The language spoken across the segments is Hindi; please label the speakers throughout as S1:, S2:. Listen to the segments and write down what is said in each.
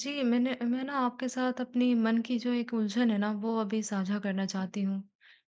S1: जी, मैं ना आपके साथ अपनी मन की जो एक उलझन है ना, वो अभी साझा करना चाहती हूँ।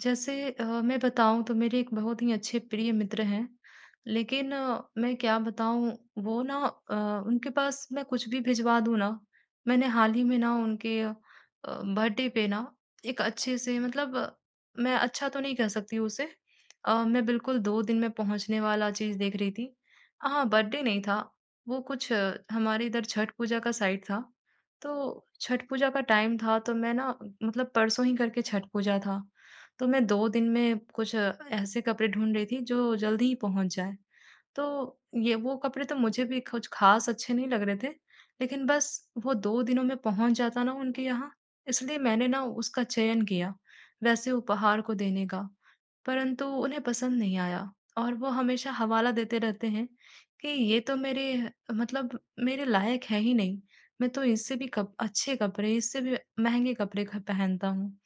S1: जैसे मैं बताऊँ तो मेरे एक बहुत ही अच्छे प्रिय मित्र हैं, लेकिन मैं क्या बताऊँ वो ना उनके पास मैं कुछ भी भिजवा दूँ ना, मैंने हाल ही में ना उनके बर्थडे पे ना एक अच्छे से मतलब मैं अच्छा तो नहीं कह सकती उसे मैं बिल्कुल 2 दिन में पहुँचने वाला चीज़ देख रही थी। हाँ, बर्थडे नहीं था वो कुछ हमारे इधर छठ पूजा का साइड था, तो छठ पूजा का टाइम था तो मैं ना मतलब परसों ही करके छठ पूजा था, तो मैं 2 दिन में कुछ ऐसे कपड़े ढूँढ रही थी जो जल्दी ही पहुँच जाएँ। तो ये वो कपड़े तो मुझे भी कुछ ख़ास अच्छे नहीं लग रहे थे, लेकिन बस वो 2 दिनों में पहुँच जाता ना उनके यहाँ, इसलिए मैंने ना उसका चयन किया, वैसे उपहार को देने का, परंतु उन्हें पसंद नहीं आया और वो हमेशा हवाला देते रहते हैं कि ये तो मेरे मतलब मेरे लायक है ही नहीं। मैं तो इससे भी कप अच्छे कपड़े, इससे भी महँगे कपड़े ख पहनता हूँ।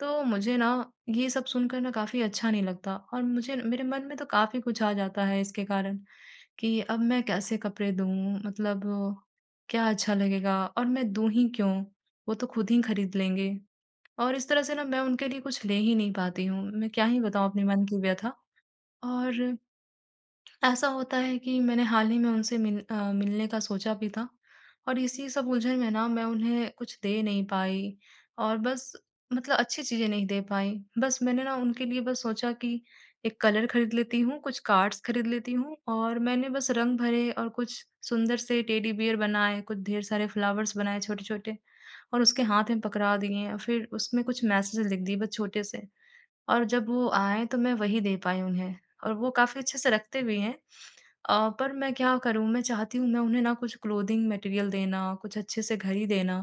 S1: तो मुझे ना ये सब सुनकर ना काफ़ी अच्छा नहीं लगता और मुझे मेरे मन में तो काफ़ी कुछ आ जाता है इसके कारण कि अब मैं कैसे कपड़े दूँ? मतलब क्या अच्छा लगेगा और मैं दूँ ही क्यों? वो तो खुद ही खरीद लेंगे। और इस तरह से ना मैं उनके लिए कुछ ले ही नहीं पाती हूँ। मैं क्या ही बताऊँ अपने मन की व्यथा और ऐसा होता है कि मैंने हाल ही में उनसे मिलने का सोचा भी था और इसी सब उलझन में ना मैं उन्हें कुछ दे नहीं पाई और बस मतलब अच्छी चीज़ें नहीं दे पाई। बस मैंने ना उनके लिए बस सोचा कि एक कलर खरीद लेती हूँ, कुछ कार्ड्स खरीद लेती हूँ और मैंने बस रंग भरे और कुछ सुंदर से टेडी बियर बनाए, कुछ ढेर सारे फ्लावर्स बनाए छोटे-छोटे और उसके हाथ में पकड़ा दिए और फिर उसमें कुछ मैसेज लिख दिए बस छोटे से। और जब वो आए तो मैं वही दे पाई उन्हें और वो काफ़ी अच्छे से रखते भी हैं। पर मैं क्या करूँ मैं चाहती हूँ मैं उन्हें ना कुछ क्लोथिंग मटेरियल देना, कुछ अच्छे से घड़ी देना,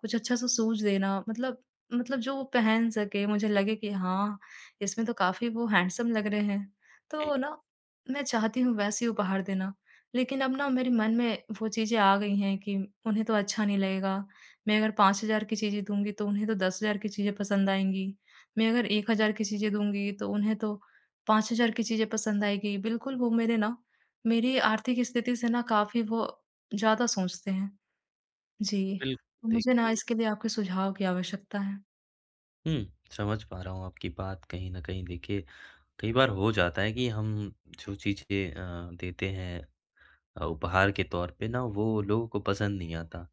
S1: कुछ अच्छा सा शूज़ देना मतलब जो वो पहन सके, मुझे लगे कि हाँ, इसमें तो काफ़ी वो हैंडसम लग रहे हैं।
S2: जी,
S1: तो ना मैं चाहती हूँ वैसे ही उपहार देना, लेकिन अब ना मेरे मन में वो चीज़ें आ गई हैं कि उन्हें तो अच्छा नहीं लगेगा। मैं अगर 5,000 की चीज़ें दूँगी तो उन्हें तो 10,000 की चीज़ें पसंद आएँगी। मैं अगर 1,000 की चीज़ें दूँगी तो उन्हें तो 5,000 की चीज़ें पसंद आएगी। बिल्कुल वो मेरे ना मेरी आर्थिक स्थिति से ना काफ़ी वो ज़्यादा सोचते हैं। जी,
S2: बिल्कुल।
S1: तो मुझे ना
S2: देखिए
S1: इसके लिए आपके सुझाव की आवश्यकता है।
S2: हुँ, समझ पा रहा हूँ आपकी बात कहीं न कहीं। देखिए, कई बार हो जाता है कि हम जो चीज़ें देते हैं उपहार के तौर पे ना वो लोगों को पसंद नहीं आता।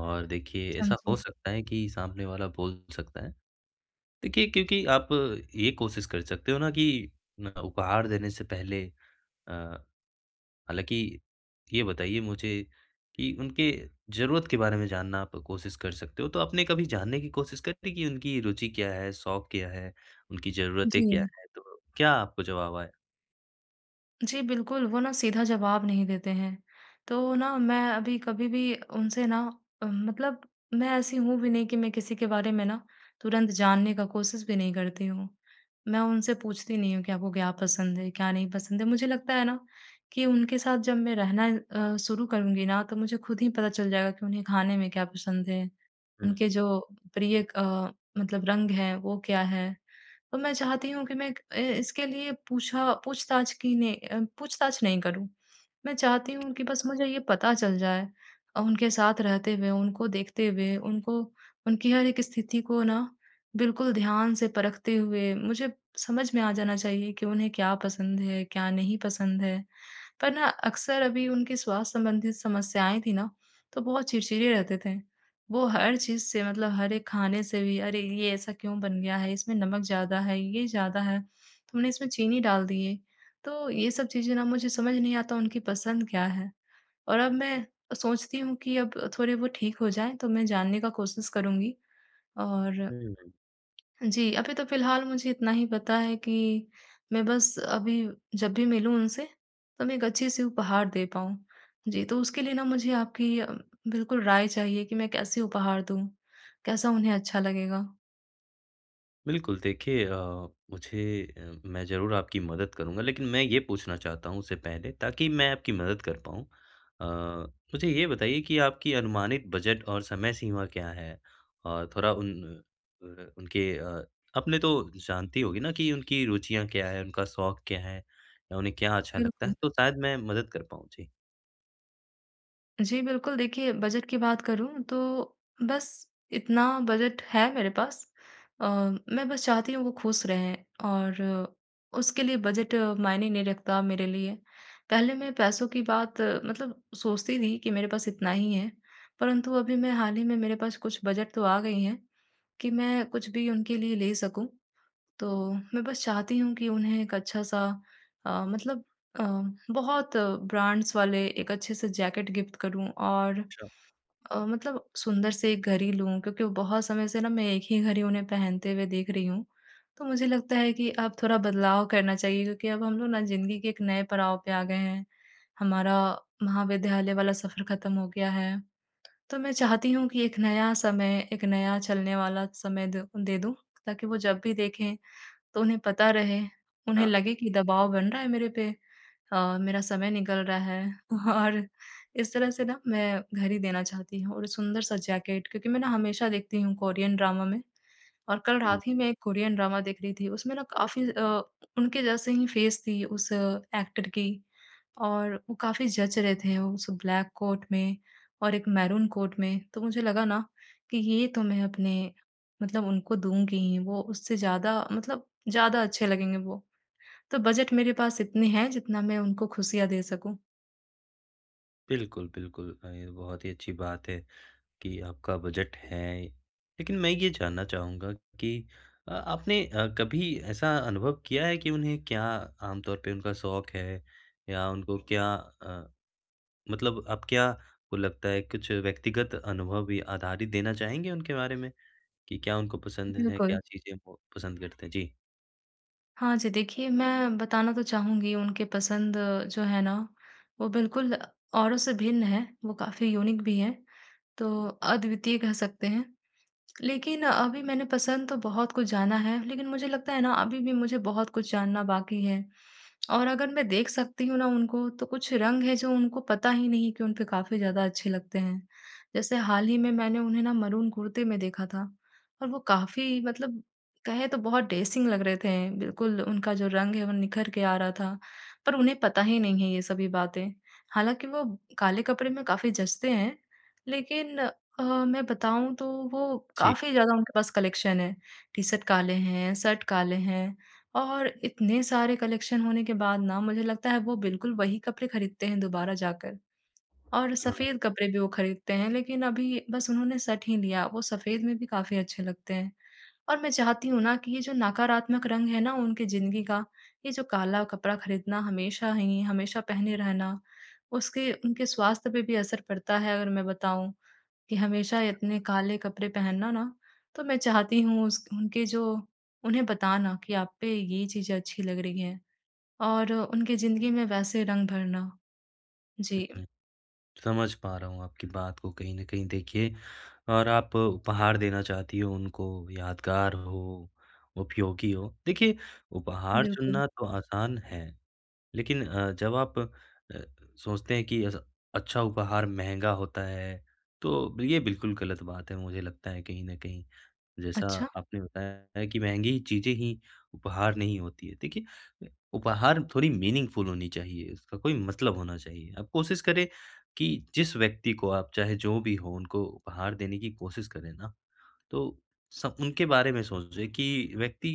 S2: और देखिए ऐसा
S1: समझी।
S2: हो सकता है कि सामने वाला बोल सकता है। देखिए क्योंकि आप ये कोशिश कर सकते हो ना कि न उपहार देने से पहले अ हालाँकि ये बताइए मुझे कि उनके ज़रूरत के बारे में जानना आप कोशिश कर सकते हो, तो आपने कभी जानने की कोशिश करी कि उनकी रुचि क्या है, शौक क्या है, उनकी ज़रूरतें
S1: जी।
S2: क्या हैं? तो क्या आपको जवाब आया?
S1: जी, बिल्कुल, वो ना सीधा जवाब नहीं देते हैं। तो ना मैं अभी कभी भी उनसे ना मतलब मैं ऐसी हूँ भी नहीं कि मैं किसी के बारे में ना तुरंत जानने का कोशिश भी नहीं करती हूँ। मैं उनसे पूछती नहीं हूँ कि आपको क्या पसंद है, क्या नहीं पसंद है? मुझे लगता है ना कि उनके साथ जब मैं रहना शुरू करूँगी ना तो मुझे खुद ही पता चल जाएगा कि उन्हें खाने में क्या पसंद है,
S2: हुँ,
S1: उनके जो प्रिय मतलब रंग है वो क्या है? और मैं चाहती हूँ कि मैं इसके लिए पूछा पूछताछ की ने अ, पूछताछ नहीं करूँ। मैं चाहती
S2: ठीक
S1: हूँ
S2: है।
S1: कि बस मुझे ये पता चल जाए उनके साथ रहते हुए, उनको देखते हुए, उनको उनकी हर एक स्थिति को ना बिल्कुल ध्यान से परखते हुए मुझे समझ में आ जाना चाहिए कि उन्हें क्या पसंद है, क्या नहीं पसंद है। पर ना अक्सर अभी उनकी स्वास्थ्य संबंधित समस्याएँ थी ना, तो बहुत चिड़चिड़े रहते थे। वो हर चीज़ से मतलब हर एक खाने से भी अरे ये ऐसा क्यों बन गया है? इसमें नमक ज़्यादा है, ये ज़्यादा है, तुमने इसमें चीनी डाल दी है। तो ये सब चीज़ें ना मुझे समझ नहीं आता उनकी पसंद क्या है? और अब मैं सोचती हूँ कि अब थोड़े वो ठीक हो जाएँ तो मैं जानने का कोशिश करूँगी और
S2: हुँ।
S1: जी, अभी तो फ़िलहाल मुझे इतना ही पता है कि मैं बस अभी जब भी मिलूँ उनसे, तो मैं एक अच्छी-सी उपहार दे पाऊँ। जी, तो उसके लिए ना मुझे आपकी बिल्कुल राय चाहिए कि मैं कैसे उपहार दूँ? कैसा उन्हें अच्छा लगेगा?
S2: बिल्कुल, देखिए मुझे मैं ज़रूर आपकी मदद करूँगा, लेकिन मैं ये पूछना चाहता हूँ उससे पहले ताकि मैं आपकी मदद कर पाऊँ। मुझे ये बताइए कि आपकी अनुमानित बजट और समय सीमा क्या है? और थोड़ा उनके आपने तो जानती होगी ना कि उनकी रुचियाँ क्या हैं, उनका शौक क्या है या उन्हें क्या अच्छा लगता है,
S1: बिल्कुल।
S2: तो शायद मैं मदद कर पाऊँ। जी।
S1: जी, बिल्कुल, देखिए बजट की बात करूँ तो बस इतना बजट है मेरे पास। अ, मैं बस चाहती हूँ वो खुश रहें और उसके लिए बजट मायने नहीं रखता मेरे लिए। पहले मैं पैसों की बात मतलब सोचती थी कि मेरे पास इतना ही है, परंतु अभी मैं हाल ही में मेरे पास कुछ बजट तो आ गई हैं, कि मैं कुछ भी उनके लिए ले सकूँ। तो मैं बस चाहती हूँ कि उन्हें एक अच्छा-सा मतलब अ, बहुत ब्रांड्स वाले एक अच्छे से जैकेट गिफ्ट करूँ और
S2: अच्छा।
S1: मतलब सुंदर से एक घड़ी लूँ क्योंकि वो बहुत समय से ना मैं एक ही घड़ी उन्हें पहनते हुए देख रही हूँ। तो मुझे लगता है कि अब थोड़ा बदलाव करना चाहिए क्योंकि अब हम लोग ना ज़िंदगी के एक नए पड़ाव पे आ गए हैं। हमारा महाविद्यालय वाला सफ़र ख़त्म हो गया है। तो मैं चाहती हूँ कि एक नया समय, एक नया चलने वाला समय द दे दूँ ताकि वो जब भी देखें तो उन्हें पता रहे,
S2: हाँ,
S1: उन्हें लगे कि दबाव बन रहा है मेरे पे, मेरा समय निकल रहा है और इस तरह से ना मैं घर ही देना चाहती हूँ और सुंदर सा जैकेट क्योंकि मैं ना हमेशा देखती हूँ कोरियन ड्रामा में और कल
S2: हुँ।
S1: रात ही मैं एक कोरियन ड्रामा देख रही थी। उसमें ना काफ़ी उनके जैसे ही फेस थी उस एक्टर की और वो काफ़ी जच रहे थे उस ब्लैक कोट में और एक मैरून कोट में। तो मुझे लगा ना कि ये तो मैं अपने मतलब उनको दूँगी ही, वो उससे ज़्यादा मतलब ज़्यादा अच्छे लगेंगे वो। तो बजट मेरे पास इतने हैं जितना मैं उनको खुशियाँ दे सकूँ।
S2: बिल्कुल, बिल्कुल। ये बहुत ही अच्छी बात है कि आपका बजट है। लेकिन मैं ये जानना चाहूँगा कि आपने कभी ऐसा अनुभव किया है कि उन्हें क्या आम तौर पे उनका शौक है या उनको क्या मतलब आप क्या आपको लगता है कुछ व्यक्तिगत अनुभव भी आधारित देना चाहेंगे उनके बारे में कि क्या उनको पसंद है,
S1: बिल्कुल।
S2: क्या चीज़ें वो पसंद करते हैं? जी।
S1: हाँ जी, देखिए मैं बताना तो चाहूँगी उनके पसंद जो है ना, वो बिल्कुल औरों से भिन्न है, वो काफ़ी यूनिक भी हैं, तो अद्वितीय कह सकते हैं। लेकिन अभी मैंने पसंद तो बहुत कुछ जाना है, लेकिन मुझे लगता है ना अभी भी मुझे बहुत कुछ जानना बाकी है। और अगर मैं देख सकती हूँ ना उनको, तो कुछ रंग है जो उनको पता ही नहीं कि उन पे काफ़ी ज़्यादा अच्छे लगते हैं। जैसे हाल ही में मैंने उन्हें ना मरून कुर्ते में देखा था और वो काफ़ी मतलब कहे तो बहुत डेसिंग लग रहे थे। बिल्कुल उनका जो रंग है वो निखर के आ रहा था, पर उन्हें पता ही नहीं है ये सभी बातें। हालाँकि वो काले कपड़े में काफ़ी जचते हैं, लेकिन मैं बताऊँ तो वो
S2: जी,
S1: काफ़ी ज़्यादा उनके पास कलेक्शन है। टी-शर्ट काले हैं, शर्ट काले हैं और इतने सारे कलेक्शन होने के बाद ना मुझे लगता है वो बिल्कुल वही कपड़े खरीदते हैं दोबारा जाकर और
S2: हाँ।
S1: सफ़ेद कपड़े भी वो खरीदते हैं, लेकिन अभी बस उन्होंने शर्ट ही लिया, वो सफ़ेद में भी काफ़ी अच्छे लगते हैं। और मैं चाहती हूँ ना कि ये जो नकारात्मक रंग है ना उनकी ज़िंदगी का, ये जो काला कपड़ा खरीदना हमेशा ही, हमेशा पहने रहना, उसके उनके स्वास्थ्य पे भी असर पड़ता है अगर मैं बताऊँ। कि हमेशा इतने काले कपड़े पहनना ना, तो मैं चाहती हूँ उस उनके जो उन्हें बताना कि आप पे ये चीज़ें अच्छी लग रही हैं और उनकी ज़िंदगी में वैसे रंग भरना। जी,
S2: समझ पा रहा हूँ आपकी बात को कहीं न कहीं। देखिए और आप उपहार देना चाहती हो उनको, यादगार हो, उपयोगी हो। देखिए, उपहार
S1: बिल्कुल।
S2: चुनना तो आसान है, लेकिन जब आप सोचते हैं कि अस अच्छा उपहार महँगा होता है, तो ये बिल्कुल गलत बात है मुझे लगता है कहीं न कहीं। जैसा
S1: अच्छा,
S2: आपने बताया है कि महँगी चीज़ें ही उपहार नहीं होती है। देखिए, उपहार थोड़ी मीनिंगफुल होनी चाहिए, उसका कोई मतलब होना चाहिए। आप कोशिश करें कि जिस व्यक्ति को आप चाहे जो भी हो, उनको उपहार देने की कोशिश करें ना, तो सब उनके बारे में सोचें कि व्यक्ति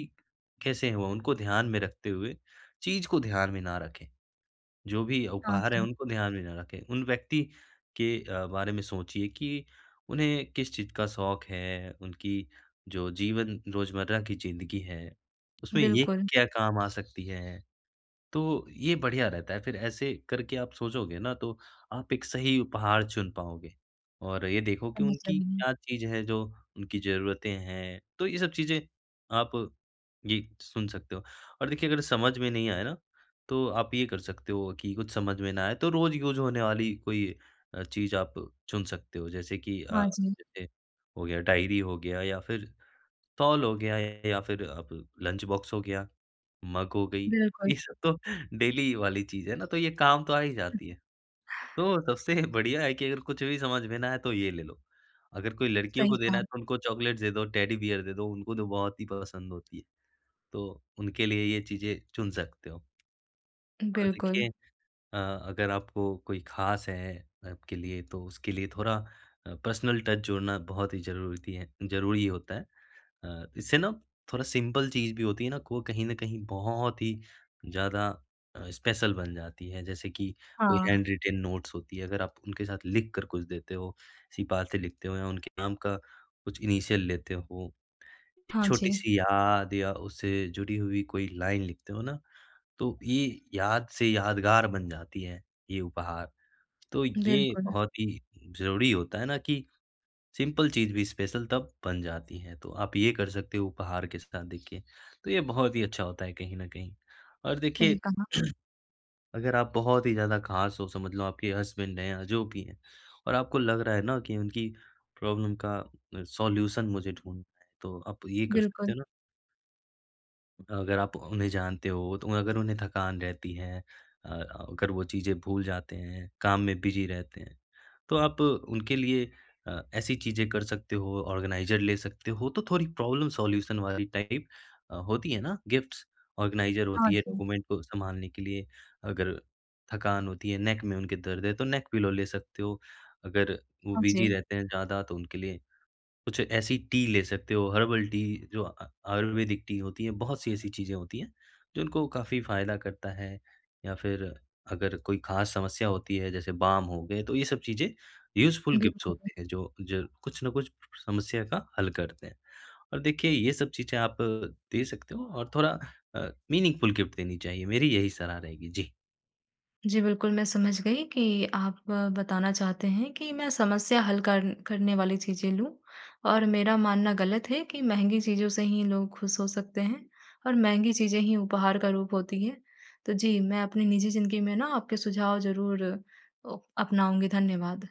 S2: कैसे हैं वो? उनको ध्यान में रखते हुए चीज़ को ध्यान में ना रखें। जो भी
S1: हाँ
S2: उपहार है
S1: जी,
S2: उनको ध्यान में ना रखें। उन व्यक्ति के बारे में सोचिए कि उन्हें किस चीज़ का शौक है, उनकी जो जीवन रोज़मर्रा की ज़िंदगी है, उसमें ये
S1: बिल्कुल,
S2: क्या काम आ सकती है। तो ये बढ़िया रहता है, फिर ऐसे करके आप सोचोगे ना तो आप एक सही उपहार चुन पाओगे और ये देखो कि
S1: समझ
S2: उनकी
S1: रही हूँ।
S2: क्या चीज़ है जो उनकी ज़रूरतें हैं, तो ये सब चीज़ें आप ये सुन सकते हो। और देखिए अगर समझ में नहीं आए ना, तो आप ये कर सकते हो कि कुछ समझ में ना आए तो रोज़ यूज़ होने वाली कोई चीज़ आप चुन सकते हो जैसे कि
S1: हाँ जी,
S2: जैसे हो गया डायरी हो गया या फिर तौल हो गया या फिर आप लंच बॉक्स हो गया, मग हो गई।
S1: बिल्कुल,
S2: ये सब तो डेली वाली चीज़ है ना, तो ये काम तो आ ही जाती है। तो सबसे बढ़िया है कि अगर कुछ भी समझ में ना आए तो ये ले लो। अगर कोई लड़कियों
S1: सही
S2: को देना
S1: कहा।
S2: है तो उनको चॉकलेट्स दे दो, टेडी बियर दे दो, उनको तो बहुत ही पसंद होती है। तो उनके लिए ये चीज़ें चुन सकते हो। और
S1: बिल्कुल,
S2: देखिए अ, अगर आपको कोई ख़ास है आपके लिए तो उसके लिए थोड़ा पर्सनल टच जोड़ना बहुत ही ज़रूरी है ज़रूरी होता है। इससे ना थोड़ा सिंपल चीज़ भी होती है ना, को कहीं न कहीं बहुत ही ज़्यादा स्पेशल बन जाती है। जैसे कि
S1: हाँ,
S2: कोई हैंड रिटेन नोट्स होती है, अगर आप उनके साथ लिख कर कुछ देते हो, सिपाते लिखते हो या उनके नाम का कुछ इनिशियल लेते हो,
S1: हाँ जी,
S2: छोटी-सी याद या उससे जुड़ी हुई कोई लाइन लिखते हो ना, तो ये याद से यादगार बन जाती है, ये उपहार। तो ये
S1: बिल्कुल,
S2: बहुत ही ज़रूरी होता है ना कि सिंपल चीज़ भी स्पेशल तब बन जाती है, तो आप ये कर सकते हो उपहार के साथ। देखिए, तो ये बहुत ही अच्छा होता है कहीं न कहीं। और
S1: सही
S2: देखिए
S1: कहा,
S2: अगर आप बहुत ही ज़्यादा ख़ास हो समझ लो आपके हस्बैंड हैं या जो भी हैं और आपको लग रहा है ना कि उनकी प्रॉब्लम का सॉल्यूशन मुझे ढूँढना है, तो आप ये कर सकते
S1: बिल्कुल,
S2: हो ना अगर आप उन्हें जानते हो, तो अगर उन्हें थकान रहती है, अगर वो चीज़ें भूल जाते हैं, काम में बिज़ी रहते हैं, तो आप उनके लिए ऐसी चीज़ें कर सकते हो, ऑर्गनाइज़र ले सकते हो, तो थोड़ी प्रॉब्लम सॉल्यूशन वाली टाइप होती है ना गिफ्ट्स, ऑर्गनाइज़र
S1: हाँ
S2: होती है
S1: जी,
S2: डॉक्यूमेंट को सँभालने के लिए। अगर थकान होती है, नेक में उनके दर्द है, तो नेक पिलो ले सकते हो। अगर वो
S1: हाँ
S2: बिज़ी
S1: जी,
S2: रहते हैं ज़्यादा, तो उनके लिए कुछ ऐसी टी ले सकते हो, हर्बल टी जो आयुर्वेदिक टी होती है, बहुत सी ऐसी चीज़ें होती हैं, जिनको काफ़ी फ़ायदा करता है या फिर अगर कोई ख़ास समस्या होती है, जैसे बाम हो गए, तो ये सब चीज़ें यूज़फुल गिफ्ट्स
S1: बिल्कुल।
S2: होते हैं, जो जो कुछ ना कुछ समस्या का हल करते हैं। और देखिए, ये सब चीज़ें आप दे सकते हो और थोड़ा मीनिंगफुल गिफ्ट देनी चाहिए, मेरी यही सलाह रहेगी। जी।
S1: जी, बिल्कुल, मैं समझ गई कि आप बताना चाहते हैं कि मैं समस्या हल कर करने वाली चीज़ें लूँ और मेरा मानना गलत है कि महँगी चीज़ों से ही लोग खुश हो सकते हैं और महँगी चीज़ें ही उपहार का रूप होती हैं। तो जी, मैं अपनी निजी ज़िंदगी में ना आपके सुझाव ज़रूर अ, अपनाऊँगी। धन्यवाद।